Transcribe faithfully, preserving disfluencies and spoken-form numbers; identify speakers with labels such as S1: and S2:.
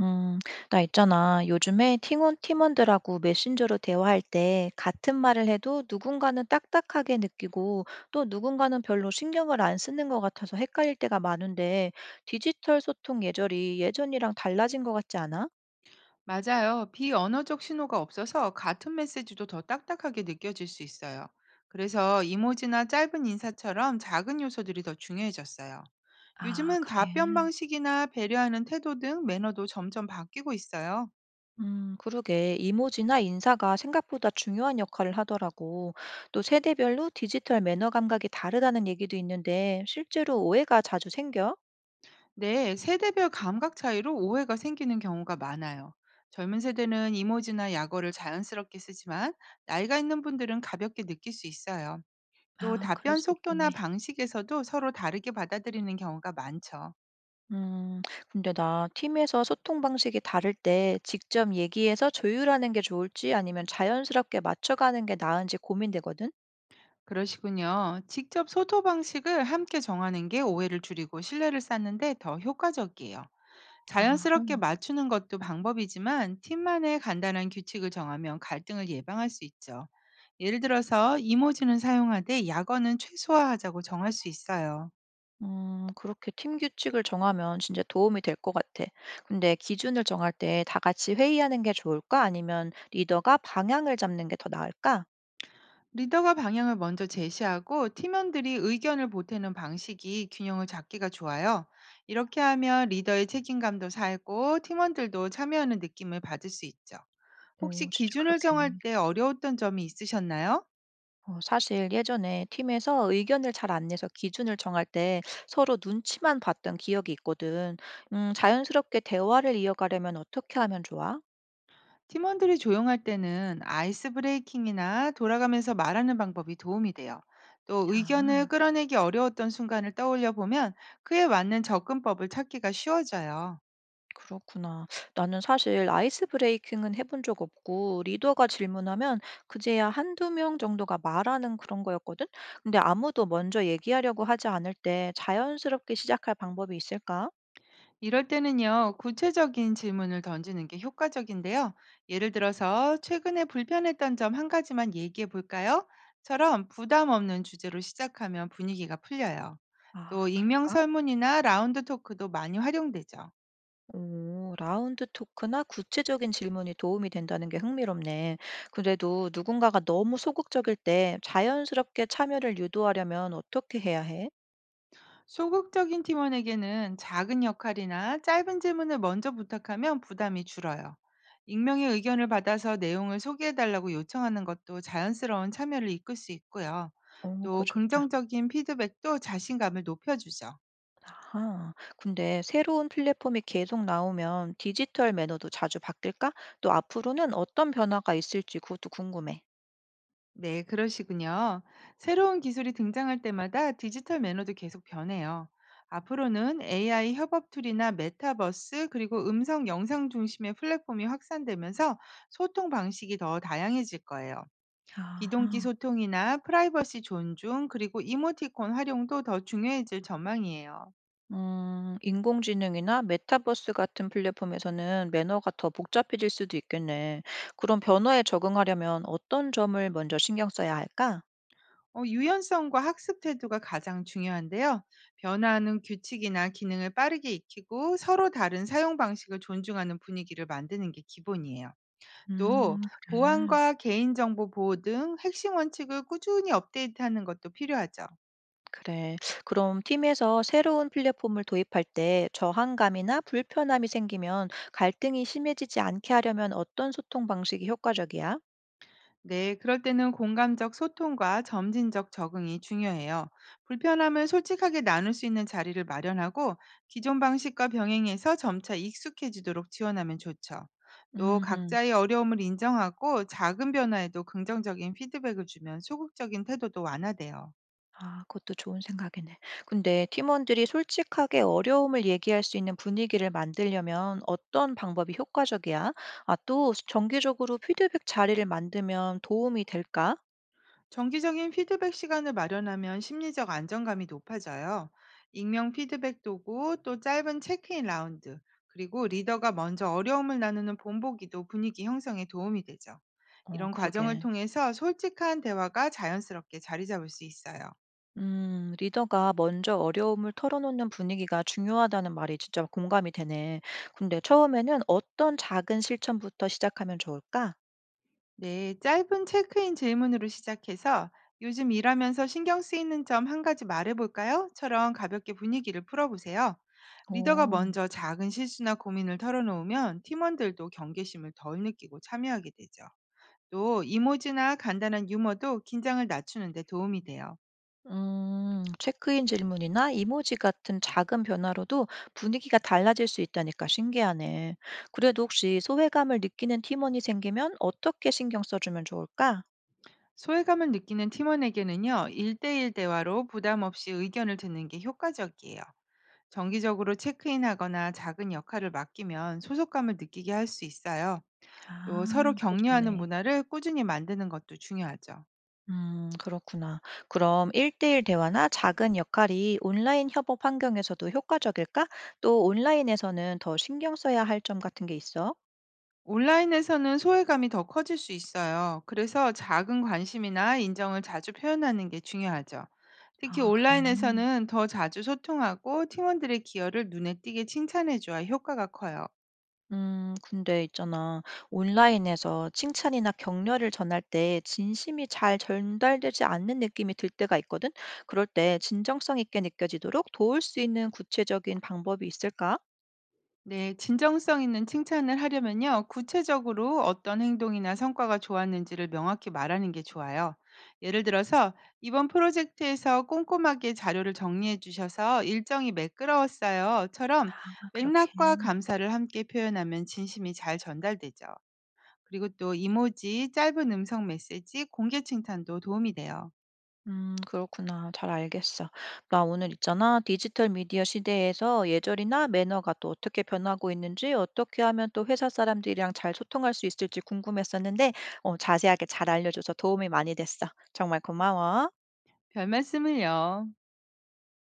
S1: 음, 나 있잖아. 요즘에 팀원, 팀원들하고 메신저로 대화할 때 같은 말을 해도 누군가는 딱딱하게 느끼고 또 누군가는 별로 신경을 안 쓰는 것 같아서 헷갈릴 때가 많은데 디지털 소통 예절이 예전이랑 달라진 것 같지 않아?
S2: 맞아요. 비언어적 신호가 없어서 같은 메시지도 더 딱딱하게 느껴질 수 있어요. 그래서 이모지나 짧은 인사처럼 작은 요소들이 더 중요해졌어요.
S1: 아,
S2: 요즘은
S1: 그래.
S2: 답변 방식이나 배려하는 태도 등 매너도 점점 바뀌고 있어요.
S1: 음, 그러게. 이모지나 인사가 생각보다 중요한 역할을 하더라고. 또 세대별로 디지털 매너 감각이 다르다는 얘기도 있는데 실제로 오해가 자주 생겨?
S2: 네, 세대별 감각 차이로 오해가 생기는 경우가 많아요. 젊은 세대는 이모지나 약어를 자연스럽게 쓰지만 나이가 있는 분들은 가볍게 느낄 수 있어요. 또
S1: 아, 그럴
S2: 답변
S1: 수 있겠네.
S2: 속도나 방식에서도 서로 다르게 받아들이는 경우가 많죠.
S1: 음, 근데 나 팀에서 소통 방식이 다를 때 직접 얘기해서 조율하는 게 좋을지 아니면 자연스럽게 맞춰가는 게 나은지 고민되거든?
S2: 그러시군요. 직접 소통 방식을 함께 정하는 게 오해를 줄이고 신뢰를 쌓는데 더 효과적이에요.
S1: 아.
S2: 자연스럽게 맞추는 것도 방법이지만 팀만의 간단한 규칙을 정하면 갈등을 예방할 수 있죠. 예를 들어서 이모지는 사용하되 약어는 최소화하자고 정할 수 있어요.
S1: 음, 그렇게 팀 규칙을 정하면 진짜 도움이 될 것 같아. 근데 기준을 정할 때 다 같이 회의하는 게 좋을까? 아니면 리더가 방향을 잡는 게 더 나을까?
S2: 리더가 방향을 먼저 제시하고 팀원들이 의견을 보태는 방식이 균형을 잡기가 좋아요. 이렇게 하면 리더의 책임감도 살고 팀원들도 참여하는 느낌을 받을 수 있죠. 혹시
S1: 오, 진짜
S2: 기준을 정할
S1: 그렇겠네.
S2: 때 어려웠던 점이 있으셨나요?
S1: 어 사실 예전에 팀에서 의견을 잘 안 내서 기준을 정할 때 서로 눈치만 봤던 기억이 있거든. 음, 자연스럽게 대화를 이어가려면 어떻게 하면 좋아?
S2: 팀원들이 조용할 때는 아이스 브레이킹이나 돌아가면서 말하는 방법이 도움이 돼요. 또
S1: 아,
S2: 의견을 끌어내기 어려웠던 순간을 떠올려 보면 그에 맞는 접근법을 찾기가 쉬워져요.
S1: 그렇구나. 나는 사실 아이스 브레이킹은 해본 적 없고, 리더가 질문하면 그제야 한두 명 정도가 말하는 그런 거였거든? 근데 아무도 먼저 얘기하려고 하지 않을 때 자연스럽게 시작할 방법이 있을까?
S2: 이럴 때는요, 구체적인 질문을 던지는 게 효과적인데요. 예를 들어서, 최근에 불편했던 점 한 가지만 얘기해 볼까요? 처럼 부담 없는 주제로 시작하면 분위기가 풀려요. 또
S1: 아,
S2: 익명
S1: 그럴까?
S2: 설문이나 라운드 토크도 많이 활용되죠.
S1: 오, 라운드 토크나 구체적인 질문이 도움이 된다는 게 흥미롭네. 그래도 누군가가 너무 소극적일 때 자연스럽게 참여를 유도하려면 어떻게 해야 해?
S2: 소극적인 팀원에게는 작은 역할이나 짧은 질문을 먼저 부탁하면 부담이 줄어요. 익명의 의견을 받아서 내용을 소개해달라고 요청하는 것도 자연스러운 참여를 이끌 수 있고요.
S1: 어, 그거
S2: 또
S1: 좋다.
S2: 긍정적인 피드백도 자신감을 높여주죠.
S1: 아하. 근데 새로운 플랫폼이 계속 나오면 디지털 매너도 자주 바뀔까? 또 앞으로는 어떤 변화가 있을지 그것도 궁금해.
S2: 네, 그러시군요. 새로운 기술이 등장할 때마다 디지털 매너도 계속 변해요. 앞으로는 에이아이 협업 툴이나 메타버스 그리고 음성 영상 중심의 플랫폼이 확산되면서 소통 방식이 더 다양해질 거예요. 비동기
S1: 아하.
S2: 소통이나 프라이버시 존중, 그리고 이모티콘 활용도 더 중요해질 전망이에요.
S1: 음, 인공지능이나 메타버스 같은 플랫폼에서는 매너가 더 복잡해질 수도 있겠네. 그럼 변화에 적응하려면 어떤 점을 먼저 신경 써야 할까?
S2: 어, 유연성과 학습 태도가 가장 중요한데요. 변화하는 규칙이나 기능을 빠르게 익히고 서로 다른 사용 방식을 존중하는 분위기를 만드는 게 기본이에요.
S1: 음,
S2: 또
S1: 그래.
S2: 보안과 개인정보 보호 등 핵심 원칙을 꾸준히 업데이트하는 것도 필요하죠.
S1: 그래. 그럼 팀에서 새로운 플랫폼을 도입할 때 저항감이나 불편함이 생기면 갈등이 심해지지 않게 하려면 어떤 소통 방식이 효과적이야?
S2: 네, 그럴 때는 공감적 소통과 점진적 적응이 중요해요. 불편함을 솔직하게 나눌 수 있는 자리를 마련하고 기존 방식과 병행해서 점차 익숙해지도록 지원하면 좋죠. 또
S1: 음.
S2: 각자의 어려움을 인정하고 작은 변화에도 긍정적인 피드백을 주면 소극적인 태도도 완화돼요.
S1: 아, 그것도 좋은 생각이네. 근데 팀원들이 솔직하게 어려움을 얘기할 수 있는 분위기를 만들려면 어떤 방법이 효과적이야? 아, 또 정기적으로 피드백 자리를 만들면 도움이 될까?
S2: 정기적인 피드백 시간을 마련하면 심리적 안정감이 높아져요. 익명 피드백 도구, 또 짧은 체크인 라운드, 그리고 리더가 먼저 어려움을 나누는 본보기도 분위기 형성에 도움이 되죠.
S1: 어,
S2: 이런 과정을
S1: 그러게.
S2: 통해서 솔직한 대화가 자연스럽게 자리 잡을 수 있어요.
S1: 음, 리더가 먼저 어려움을 털어놓는 분위기가 중요하다는 말이 진짜 공감이 되네. 근데 처음에는 어떤 작은 실천부터 시작하면 좋을까?
S2: 네, 짧은 체크인 질문으로 시작해서 요즘 일하면서 신경 쓰이는 점 한 가지 말해볼까요? 처럼 가볍게 분위기를 풀어보세요. 리더가
S1: 오.
S2: 먼저 작은 실수나 고민을 털어놓으면 팀원들도 경계심을 덜 느끼고 참여하게 되죠. 또 이모지나 간단한 유머도 긴장을 낮추는 데 도움이 돼요.
S1: 음, 체크인 질문이나 이모지 같은 작은 변화로도 분위기가 달라질 수 있다니까 신기하네. 그래도 혹시 소외감을 느끼는 팀원이 생기면 어떻게 신경 써주면 좋을까?
S2: 소외감을 느끼는 팀원에게는요, 일대일 대화로 부담 없이 의견을 듣는 게 효과적이에요. 정기적으로 체크인하거나 작은 역할을 맡기면 소속감을 느끼게 할 수 있어요. 또 서로
S1: 아, 그거
S2: 격려하는
S1: 좋네.
S2: 문화를 꾸준히 만드는 것도 중요하죠.
S1: 음, 그렇구나. 그럼 1대1 대화나 작은 역할이 온라인 협업 환경에서도 효과적일까? 또 온라인에서는 더 신경 써야 할 점 같은 게 있어?
S2: 온라인에서는 소외감이 더 커질 수 있어요. 그래서 작은 관심이나 인정을 자주 표현하는 게 중요하죠. 특히
S1: 아, 그래.
S2: 온라인에서는 더 자주 소통하고 팀원들의 기여를 눈에 띄게 칭찬해줘야 효과가 커요.
S1: 음, 근데 있잖아. 온라인에서 칭찬이나 격려를 전할 때 진심이 잘 전달되지 않는 느낌이 들 때가 있거든? 그럴 때 진정성 있게 느껴지도록 도울 수 있는 구체적인 방법이 있을까?
S2: 네, 진정성 있는 칭찬을 하려면요, 구체적으로 어떤 행동이나 성과가 좋았는지를 명확히 말하는 게 좋아요. 예를 들어서, 이번 프로젝트에서 꼼꼼하게 자료를 정리해 주셔서 일정이 매끄러웠어요.처럼
S1: 아, 그렇게.
S2: 맥락과 감사를 함께 표현하면 진심이 잘 전달되죠. 그리고 또 이모지, 짧은 음성 메시지, 공개 칭찬도 도움이 돼요.
S1: 음, 그렇구나. 잘 알겠어. 나 오늘 있잖아. 디지털 미디어 시대에서 예절이나 매너가 또 어떻게 변하고 있는지, 어떻게 하면 또 회사 사람들이랑 잘 소통할 수 있을지 궁금했었는데, 어, 자세하게 잘 알려줘서 도움이 많이 됐어. 정말 고마워.
S2: 별 말씀을요.